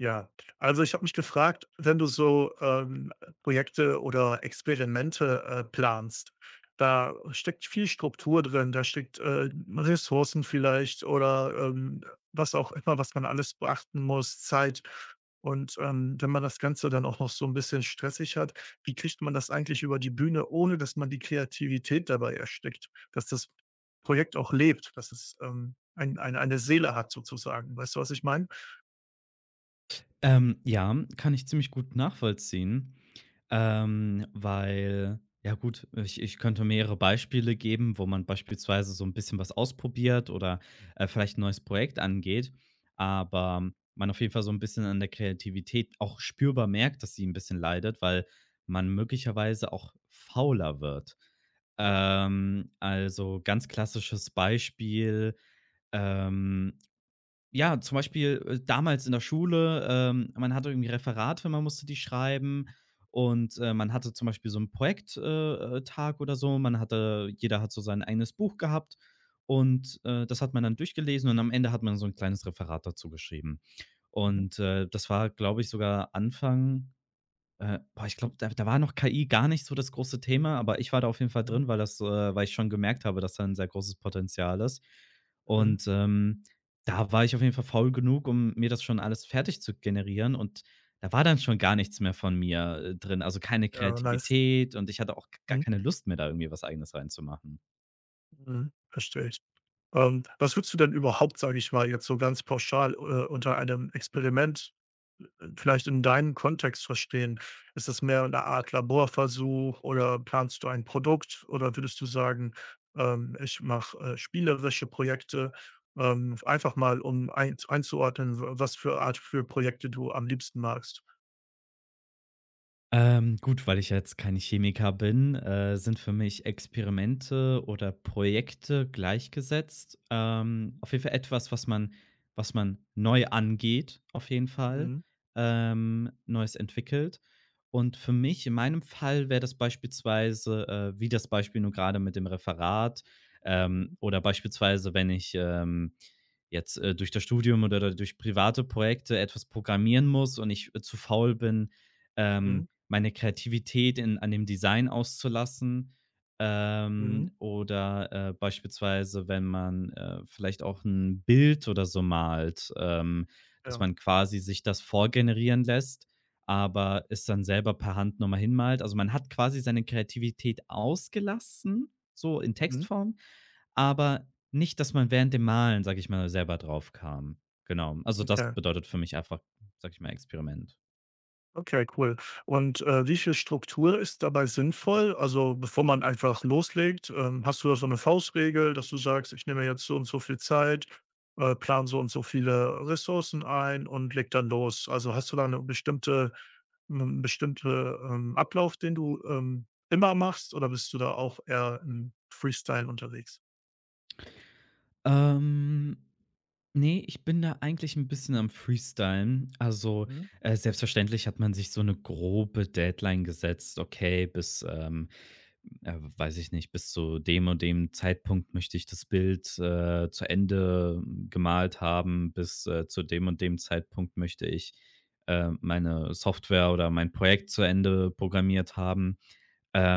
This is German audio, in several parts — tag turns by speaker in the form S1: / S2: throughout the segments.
S1: Ja, also ich habe mich gefragt, wenn du so, Projekte oder Experimente, planst, da steckt viel Struktur drin, da steckt, Ressourcen vielleicht oder, was auch immer, was man alles beachten muss, Zeit. Und, wenn man das Ganze dann auch noch so ein bisschen stressig hat, wie kriegt man das eigentlich über die Bühne, ohne dass man die Kreativität dabei erstickt? Dass das Projekt auch lebt, dass es, ein eine Seele hat sozusagen. Weißt du, was ich meine?
S2: Ja, kann ich ziemlich gut nachvollziehen, weil ja gut, ich könnte mehrere Beispiele geben, wo man beispielsweise so ein bisschen was ausprobiert oder, vielleicht ein neues Projekt angeht, aber man auf jeden Fall so ein bisschen an der Kreativität auch spürbar merkt, dass sie ein bisschen leidet, weil man möglicherweise auch fauler wird.
S1: Ja.
S2: Also, ganz klassisches Beispiel, ähm ja, zum Beispiel, damals in der Schule, man hatte irgendwie Referate, man musste die schreiben und, man hatte zum Beispiel so einen Projekttag Tag oder so. Man hatte, jeder hat so sein eigenes Buch gehabt und, das hat man dann durchgelesen und am Ende hat man so ein kleines Referat dazu geschrieben.
S1: Mhm.
S2: Und, das war, glaube ich, sogar Anfang boah, ich glaube, da war noch KI gar nicht so das große Thema, aber ich war da auf jeden Fall
S1: Mhm.
S2: drin, weil das weil ich schon gemerkt habe, dass da ein sehr großes Potenzial ist.
S1: Mhm.
S2: Und, da war ich auf jeden Fall faul genug, um mir das schon alles fertig zu generieren und da war dann schon gar nichts mehr von mir, drin, also keine
S1: Ja, nice.
S2: Kreativität und ich hatte auch gar
S1: Mhm,
S2: keine Lust mehr, da irgendwie was Eigenes reinzumachen.
S1: mhm, verstehe ich. Was würdest du denn überhaupt, sage ich mal, jetzt so ganz pauschal, unter einem Experiment, vielleicht in deinem Kontext verstehen? Ist das mehr eine Art Laborversuch oder planst du ein Produkt oder würdest du sagen, ich mache, spielerische Projekte? Einfach mal, um einzuordnen, w was für Art für Projekte du am liebsten magst.
S2: Gut, weil ich ja jetzt kein Chemiker bin, sind für mich Experimente oder Projekte gleichgesetzt.
S1: Mhm,
S2: Auf jeden Fall etwas, was man neu angeht, auf jeden Fall,
S1: mhm,
S2: Neues entwickelt. Und für mich, in meinem Fall, wäre das beispielsweise, wie das Beispiel nur gerade mit dem Referat,
S1: mhm,
S2: oder beispielsweise, wenn ich, jetzt, durch das Studium oder durch private Projekte etwas programmieren muss und ich, zu faul bin, ähm
S1: mhm,
S2: meine Kreativität in an dem Design auszulassen.
S1: mhm,
S2: Oder, beispielsweise, wenn man, vielleicht auch ein Bild oder so malt, dass
S1: ja,
S2: man quasi sich das vorgenerieren lässt, aber es dann selber per Hand noch mal hinmalt. Also, man hat quasi seine Kreativität ausgelassen, so in
S1: mhm,
S2: Textform, aber nicht, dass man während dem Malen, sage ich mal, selber drauf kam. Genau. Also, das
S1: okay.
S2: bedeutet für mich einfach, sage ich mal, Experiment.
S1: Okay, cool. Und, wie viel Struktur ist dabei sinnvoll? Also, bevor man einfach loslegt, hast du da so eine Faustregel, dass du sagst: „Ich nehme jetzt so und so viel Zeit, plane so und so viele Ressourcen ein und leg dann los.“ Also, hast du da 'ne bestimmte 'nen bestimmte, Ablauf, den du, immer machst oder bist du da auch eher im Freestyle unterwegs?
S2: Ähm, ne, ich bin da eigentlich ein bisschen am Freestylen. Also,
S1: Mhm,
S2: selbstverständlich hat man sich so eine grobe Deadline gesetzt: „Okay, bis, weiß ich nicht, bis zu dem und dem Zeitpunkt möchte ich das Bild, zu Ende gemalt haben. Bis, zu dem und dem Zeitpunkt möchte ich, meine Software oder mein Projekt zu Ende programmiert haben.“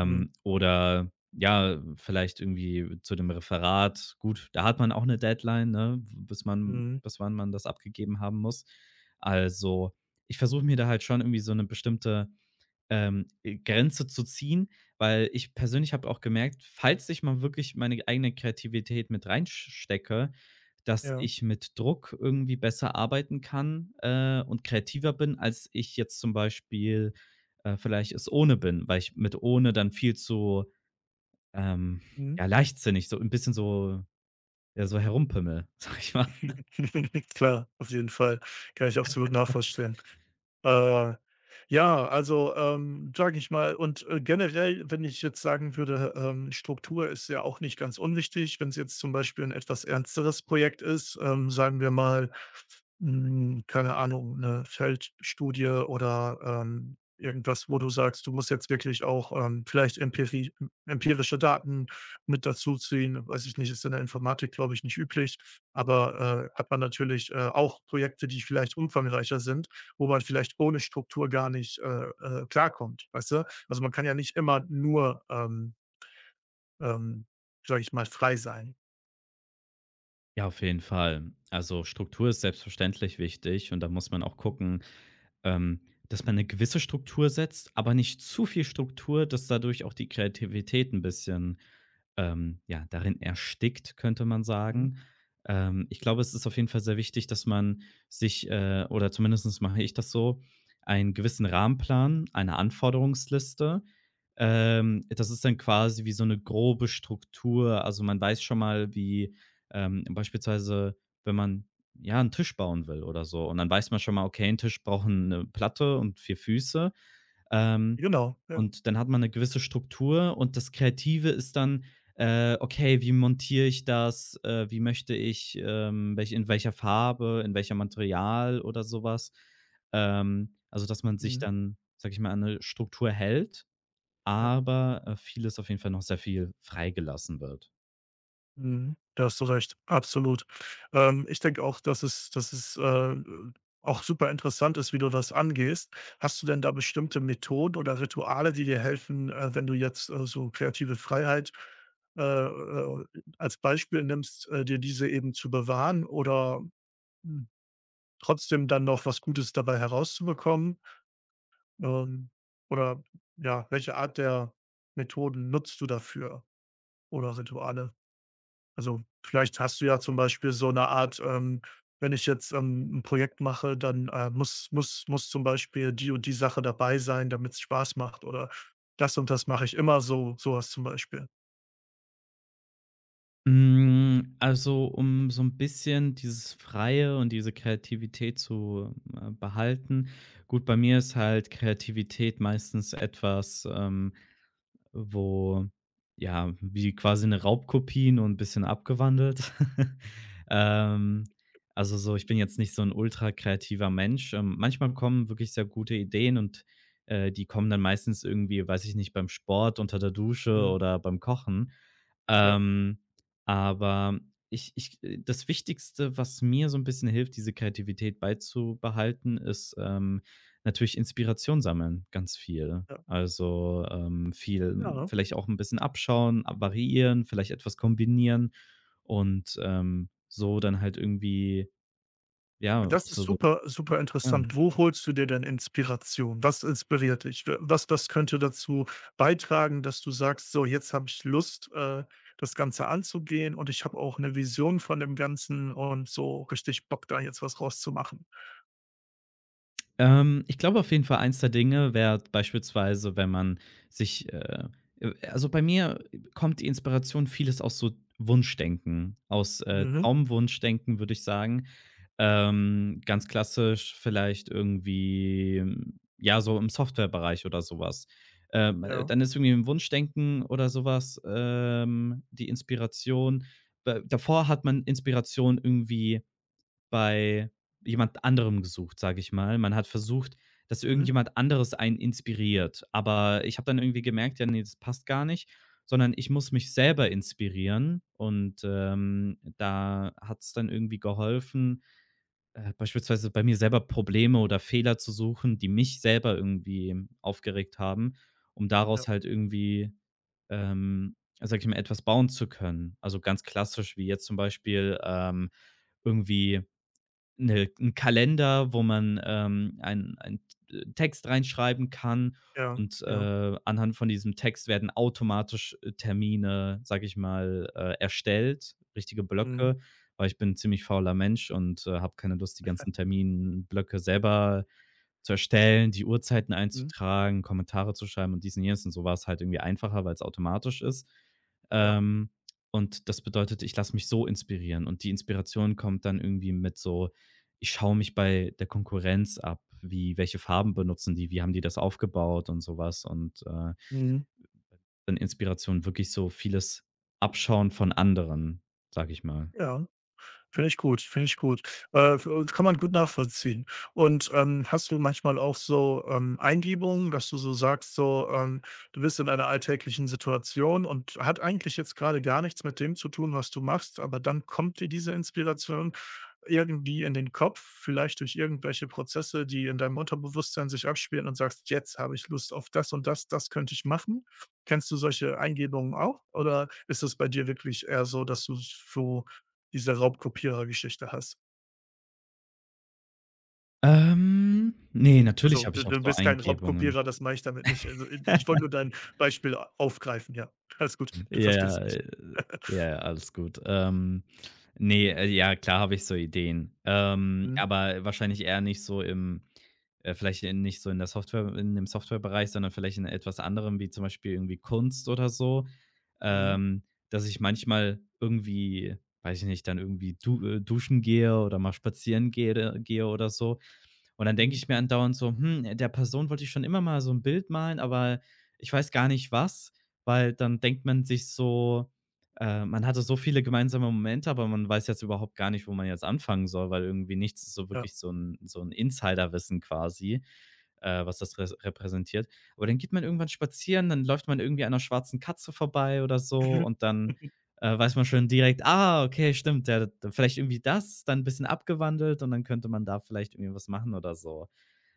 S1: mhm,
S2: Oder ja, vielleicht irgendwie zu dem Referat. Gut, da hat man auch eine Deadline, ne, bis man
S1: mhm,
S2: bis wann man das abgegeben haben muss. Also, ich versuche mir da halt schon irgendwie so eine bestimmte, Grenze zu ziehen, weil ich persönlich habe auch gemerkt, falls ich mal wirklich meine eigene Kreativität mit reinstecke, dass
S1: ja,
S2: ich mit Druck irgendwie besser arbeiten kann, und kreativer bin, als ich jetzt zum Beispiel, vielleicht es ohne bin, weil ich mit ohne dann viel zu, ähm,
S1: mhm.
S2: ja, leichtsinnig, so ein bisschen, ja, so herumpimmel, sag ich mal.
S1: Klar, auf jeden Fall. Kann ich absolut nachvollziehen. Äh, ja, also, sage ich mal und, generell, wenn ich jetzt sagen würde, Struktur ist ja auch nicht ganz unwichtig, wenn es jetzt zum Beispiel ein etwas ernsteres Projekt ist, sagen wir mal, hm, keine Ahnung, eine Feldstudie oder, irgendwas, wo du sagst, du musst jetzt wirklich auch, vielleicht Empirie empirische Daten mit dazuziehen. Weiß ich nicht, ist in der Informatik, glaube ich, nicht üblich, aber, hat man natürlich, auch Projekte, die vielleicht umfangreicher sind, wo man vielleicht ohne Struktur gar nicht, klarkommt, weißt du? Also, man kann ja nicht immer nur, ähm, sage ich mal, frei sein.
S2: Ja, auf jeden Fall. Also, Struktur ist selbstverständlich wichtig und da muss man auch
S1: Mhm,
S2: gucken, ähm, dass man eine gewisse Struktur setzt, aber nicht zu viel Struktur, dass dadurch auch die Kreativität ein bisschen, ja, darin erstickt, könnte man
S1: mhm.
S2: sagen. Ich glaube, es ist auf jeden Fall sehr wichtig, dass man sich, oder zumindest mache ich das so, einen gewissen Rahmenplan, eine Anforderungsliste. Das ist dann quasi wie so eine grobe Struktur. Also, man weiß schon mal, wie, beispielsweise, wenn man ja, einen Tisch bauen will oder so. Und dann weiß man schon mal, okay, ein Tisch braucht eine Platte und 4 Füße. Ähm,
S1: Genau, ja.
S2: und dann hat man eine gewisse Struktur und das Kreative ist dann, okay, wie montiere ich das? Wie möchte ich, welch in welcher Farbe, in welchem Material oder sowas? Also, dass man sich
S1: Mhm,
S2: dann, sage ich mal, an 'ne Struktur hält,
S1: ja.
S2: aber, vieles auf jeden Fall noch sehr viel freigelassen wird.
S1: Mhm. Da hast du recht, absolut. Ich denke auch, dass es auch super interessant ist, wie du das angehst. Hast du denn da bestimmte Methoden oder Rituale, die dir helfen, wenn du jetzt, so kreative Freiheit, äh, äh, als Beispiel nimmst, dir diese eben zu bewahren oder hm. Trotzdem dann noch was Gutes dabei herauszubekommen? Ähm, oder ja, welche Art der Methoden nutzt du dafür oder Rituale? Also, vielleicht hast du ja zum Beispiel so eine Art, wenn ich jetzt, 'n Projekt mache, dann, muss zum Beispiel die und die Sache dabei sein, damit es Spaß macht oder das und das mache ich immer so, sowas zum Beispiel.
S2: Hm, also, um so ein bisschen dieses Freie und diese Kreativität zu, behalten, gut, bei mir ist halt Kreativität meistens etwas, wo ja, wie quasi eine Raubkopie, nur 'n bisschen abgewandelt. Ähm, also so ich bin jetzt nicht so ein ultra kreativer Mensch. Manchmal kommen wirklich sehr gute Ideen und, die kommen dann meistens irgendwie, weiß ich nicht, beim Sport, unter der Dusche
S1: Mhm.
S2: oder beim Kochen.
S1: Ja,
S2: Ähm, aber ich ich das Wichtigste, was mir so ein bisschen hilft, diese Kreativität beizubehalten, ist, natürlich Inspiration sammeln, ganz viel.
S1: ja,
S2: Also, viel
S1: ja, ne?
S2: vielleicht auch ein bisschen abschauen, a variieren, vielleicht etwas kombinieren und, so dann halt irgendwie, ja,
S1: Das ist
S2: so so
S1: super, super
S2: Ja.
S1: interessant. Wo holst du dir denn Inspiration? Was inspiriert dich? Was könnte dazu beitragen, dass du sagst: „So, jetzt habe ich Lust, das Ganze anzugehen und ich habe auch eine Vision von dem Ganzen und so richtig Bock, da jetzt was rauszumachen?“
S2: Ich glaube auf jeden Fall, eins der Dinge wäre beispielsweise, wenn man sich also bei mir kommt die Inspiration vieles aus so Wunschdenken, aus,
S1: Mhm.
S2: Traumwunschdenken, würde ich sagen. Ganz klassisch vielleicht irgendwie, ja, so im Softwarebereich oder sowas. Was.
S1: Ja.
S2: Dann ist irgendwie im Wunschdenken oder sowas, die Inspiration. Davor hat man Inspiration irgendwie bei jemand anderem gesucht, sage ich mal. Man hat versucht, dass
S1: Mhm.
S2: irgendjemand anderes einen inspiriert, aber ich habe dann irgendwie gemerkt: „Ja, ne, das passt gar nicht“, sondern ich muss mich selber inspirieren und, da hat es dann irgendwie geholfen, beispielsweise bei mir selber Probleme oder Fehler zu suchen, die mich selber irgendwie aufgeregt haben, um
S1: Ja.
S2: daraus halt irgendwie, ähm, sag ich mal, etwas bauen zu können. Also, ganz klassisch wie jetzt zum Beispiel, irgendwie 'Ne 'n Kalender, wo man, ein Text reinschreiben kann
S1: Ja.
S2: und,
S1: Ja.
S2: anhand von diesem Text werden automatisch, Termine, sage ich mal, erstellt, richtige
S1: Mhm.
S2: Blöcke, weil ich bin 'n ziemlich fauler Mensch und, habe keine Lust, die ganzen Terminblöcke selber zu erstellen, die Uhrzeiten
S1: Mhm.
S2: einzutragen, Kommentare zu schreiben und dies und jenes und so war es halt irgendwie einfacher, weil es automatisch ist.
S1: Ja.
S2: Ähm, und das bedeutet, ich lasse mich so inspirieren und die Inspiration kommt dann irgendwie mit so ich schaue mich bei der Konkurrenz ab, wie welche Farben benutzen die, wie haben die das aufgebaut und sowas und,
S1: Mhm.
S2: dann Inspiration wirklich so vieles abschauen von anderen, sage ich mal.
S1: Ja. Finde ich gut, finde ich gut. F kann man gut nachvollziehen. Und, hast du manchmal auch so, Eingebungen, dass du so sagst, so, du bist in einer alltäglichen Situation und hat eigentlich jetzt gerade gar nichts mit dem zu tun, was du machst, aber dann kommt dir diese Inspiration irgendwie in den Kopf, vielleicht durch irgendwelche Prozesse, die in deinem Unterbewusstsein sich abspielen, und sagst: „Jetzt habe ich Lust auf das und das, das könnte ich machen.“ Kennst du solche Eingebungen auch? Oder ist es bei dir wirklich eher so, dass du so diese Raubkopierer-Geschichte hast?
S2: Ne, natürlich
S1: Also,
S2: habe
S1: du
S2: ich auch
S1: du
S2: so
S1: bist kein
S2: Eingebungen.
S1: Raubkopierer, das meine ich damit nicht. Also, ich wollte nur dein Beispiel aufgreifen, ja. Alles gut, du
S2: Ja, ja,
S1: verstehst mich.
S2: äh, ja, alles gut. Ne, ja, klar habe ich so Ideen,
S1: Mhm.
S2: aber wahrscheinlich eher nicht so im vielleicht in nicht so in der Software in dem Softwarebereich, sondern vielleicht in etwas anderem, wie zum Beispiel irgendwie Kunst oder so,
S1: Mhm.
S2: ähm, dass ich manchmal irgendwie weiß ich nicht, dann irgendwie du duschen gehe oder mal spazieren gehre gehe oder so und dann denke
S1: Mhm.
S2: ich mir andauernd so: „Hm, der Person wollte ich schon immer mal so ein Bild malen, aber ich weiß gar nicht was.“ Weil dann denkt man sich so, man hatte so viele gemeinsame Momente, aber man weiß jetzt überhaupt gar nicht, wo man jetzt anfangen soll, weil irgendwie nichts ist so
S1: Ja.
S2: wirklich so ein Insiderwissen quasi, was das res repräsentiert. Aber dann geht man irgendwann spazieren, dann läuft man irgendwie einer schwarzen Katze vorbei oder so und dann weiß man schon direkt: „Ah, okay, stimmt, ja, d vielleicht irgendwie das, dann ein bisschen abgewandelt und dann könnte man da vielleicht irgendwie was machen oder so.“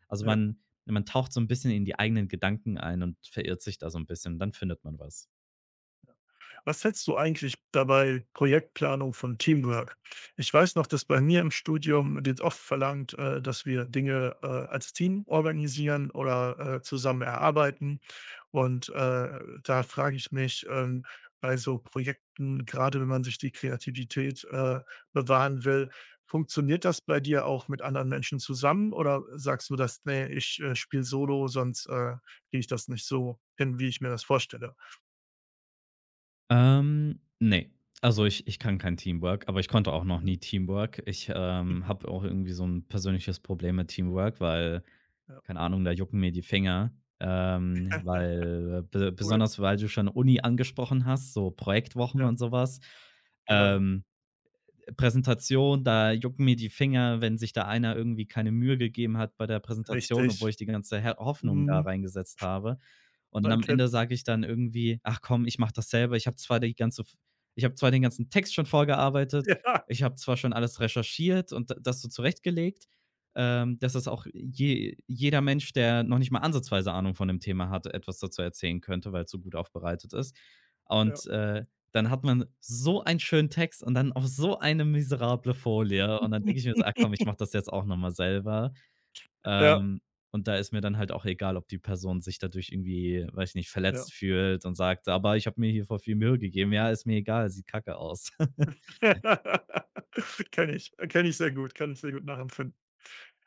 S2: Also,
S1: Ja.
S2: man taucht so ein bisschen in die eigenen Gedanken ein und verirrt sich da so ein bisschen, dann findet man was.
S1: Was hältst du eigentlich dabei Projektplanung von Teamwork? Ich weiß noch, dass bei mir im Studium wird oft verlangt, dass wir Dinge, als Team organisieren oder zusammen erarbeiten. Und, da frage ich mich, bei so Projekten, gerade wenn man sich die Kreativität, bewahren will, funktioniert das bei dir auch mit anderen Menschen zusammen oder sagst du, dass nee, ich, spiele solo, sonst, kriege ich das nicht so hin, wie ich mir das vorstelle?
S2: Ne. Also, ich kann kein Teamwork, aber ich konnte auch noch nie
S1: Mhm.
S2: Teamwork. Ich, habe auch irgendwie so ein persönliches Problem mit Teamwork, weil,
S1: Ja,
S2: keine Ahnung, da jucken mir die Finger, weil be
S1: cool.
S2: besonders, weil du schon Uni angesprochen hast, so Projektwochen
S1: Ja,
S2: und sowas.
S1: genau,
S2: Ähm Präsentation, da jucken mir die Finger, wenn sich da einer irgendwie keine Mühe gegeben hat bei der Präsentation, obwohl
S1: richtig.
S2: ich die ganze Her Hoffnung da
S1: Mhm,
S2: reingesetzt habe. Und dann
S1: man
S2: am Ende
S1: kennt's.
S2: sage ich dann irgendwie: „Ach komm, ich mache das selber. Ich habe zwar den ganzen Text schon vorgearbeitet,
S1: Ja,
S2: ich habe zwar schon alles recherchiert und d das so zurechtgelegt, dass das auch je jeder Mensch, der noch nicht mal ansatzweise Ahnung von dem Thema hat, etwas dazu erzählen könnte, weil es so gut aufbereitet ist.“
S1: ja,
S2: Und, dann hat man so einen schönen Text und dann auf so eine miserable Folie und dann denke ich mir so: „Ah komm, ich mache das jetzt auch noch mal selber.“
S1: ja,
S2: Ähm, und da ist mir dann halt auch egal, ob die Person sich dadurch irgendwie, weiß ich nicht,
S1: ja.
S2: verletzt fühlt und sagt: „Aber ich habe mir hier voll viel Mühe gegeben.“ Ja, ist mir egal, sieht kacke aus.
S1: Kenne ich sehr gut, kann ich sehr gut nachempfinden.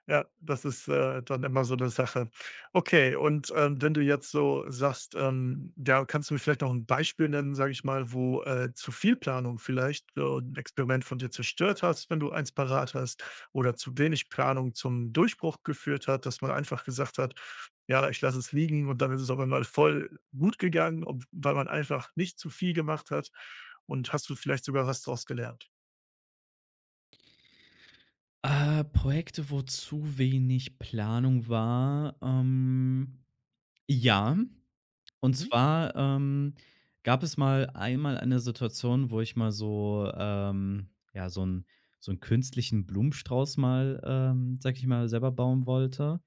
S1: Ja, das ist, dann immer so eine Sache. Okay, und, wenn du jetzt so sagst, ja, kannst du mir vielleicht noch ein Beispiel nennen, sage ich mal, wo, zu viel Planung vielleicht so 'n Experiment von dir zerstört hast, wenn du eins parat hast, oder zu wenig Planung zum Durchbruch geführt hat, dass man einfach gesagt hat: „Ja, ich lasse es liegen“, und dann ist es auf einmal voll gut gegangen, ob weil man einfach nicht zu viel gemacht hat, und hast du vielleicht sogar was draus gelernt?
S2: Projekte, wo zu wenig Planung war, ja. Und
S1: Mhm.
S2: zwar, gab es mal einmal eine Situation, wo ich mal so, ja, so 'n künstlichen Blumenstrauß mal, sage ich mal, selber bauen wollte,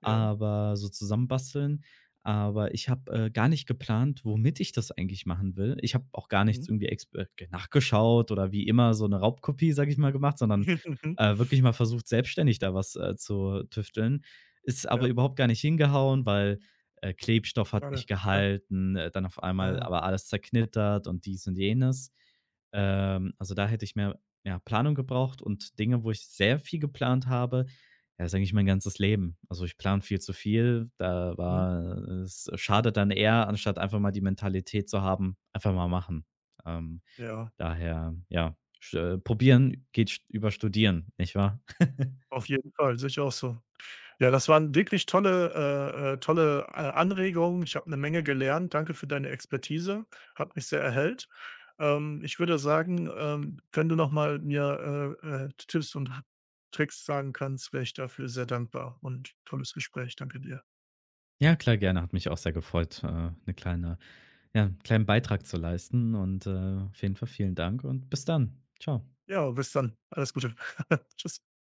S1: Ja.
S2: aber so zusammenbasteln. Aber ich habe, gar nicht geplant, womit ich das eigentlich machen will. Ich habe auch gar nichts
S1: Mhm.
S2: irgendwie expe ge nachgeschaut oder wie immer so eine Raubkopie, sage ich mal, gemacht, sondern,
S1: Mhm.
S2: wirklich mal versucht, selbstständig da was, zu tüfteln. Ist aber
S1: Ja,
S2: überhaupt gar nicht hingehauen, weil, Klebstoff hat nicht
S1: schade. Ja.
S2: gehalten, dann auf einmal
S1: Ah.
S2: aber alles zerknittert und dies und jenes. Also, da hätte ich mehr, ja, Planung gebraucht und Dinge, wo ich sehr viel geplant habe, ja, ist eigentlich mein ganzes Leben. Also, ich plane viel zu viel. Da
S1: Mhm.
S2: war es schadet dann eher, anstatt einfach mal die Mentalität zu haben, einfach mal machen. Ähm,
S1: Ja,
S2: Daher, ja, sch probieren geht st über studieren, nicht wahr?
S1: auf jeden Fall, sehe ich auch so. Ja, das waren wirklich tolle, tolle, Anregungen. Ich habe eine Menge gelernt. Danke für deine Expertise. Hat mich sehr erhellt. Ich würde sagen, wenn du noch mal mir, Tipps und Tricks sagen kannst, wäre ich dafür sehr dankbar, und tolles Gespräch. Danke dir.
S2: Ja, klar, gerne. Hat mich auch sehr gefreut, 'ne kleine, ja, 'n kleinen Beitrag zu leisten und, auf jeden Fall vielen Dank und bis dann. Ciao.
S1: Ja, bis dann. Alles Gute. Tschüss.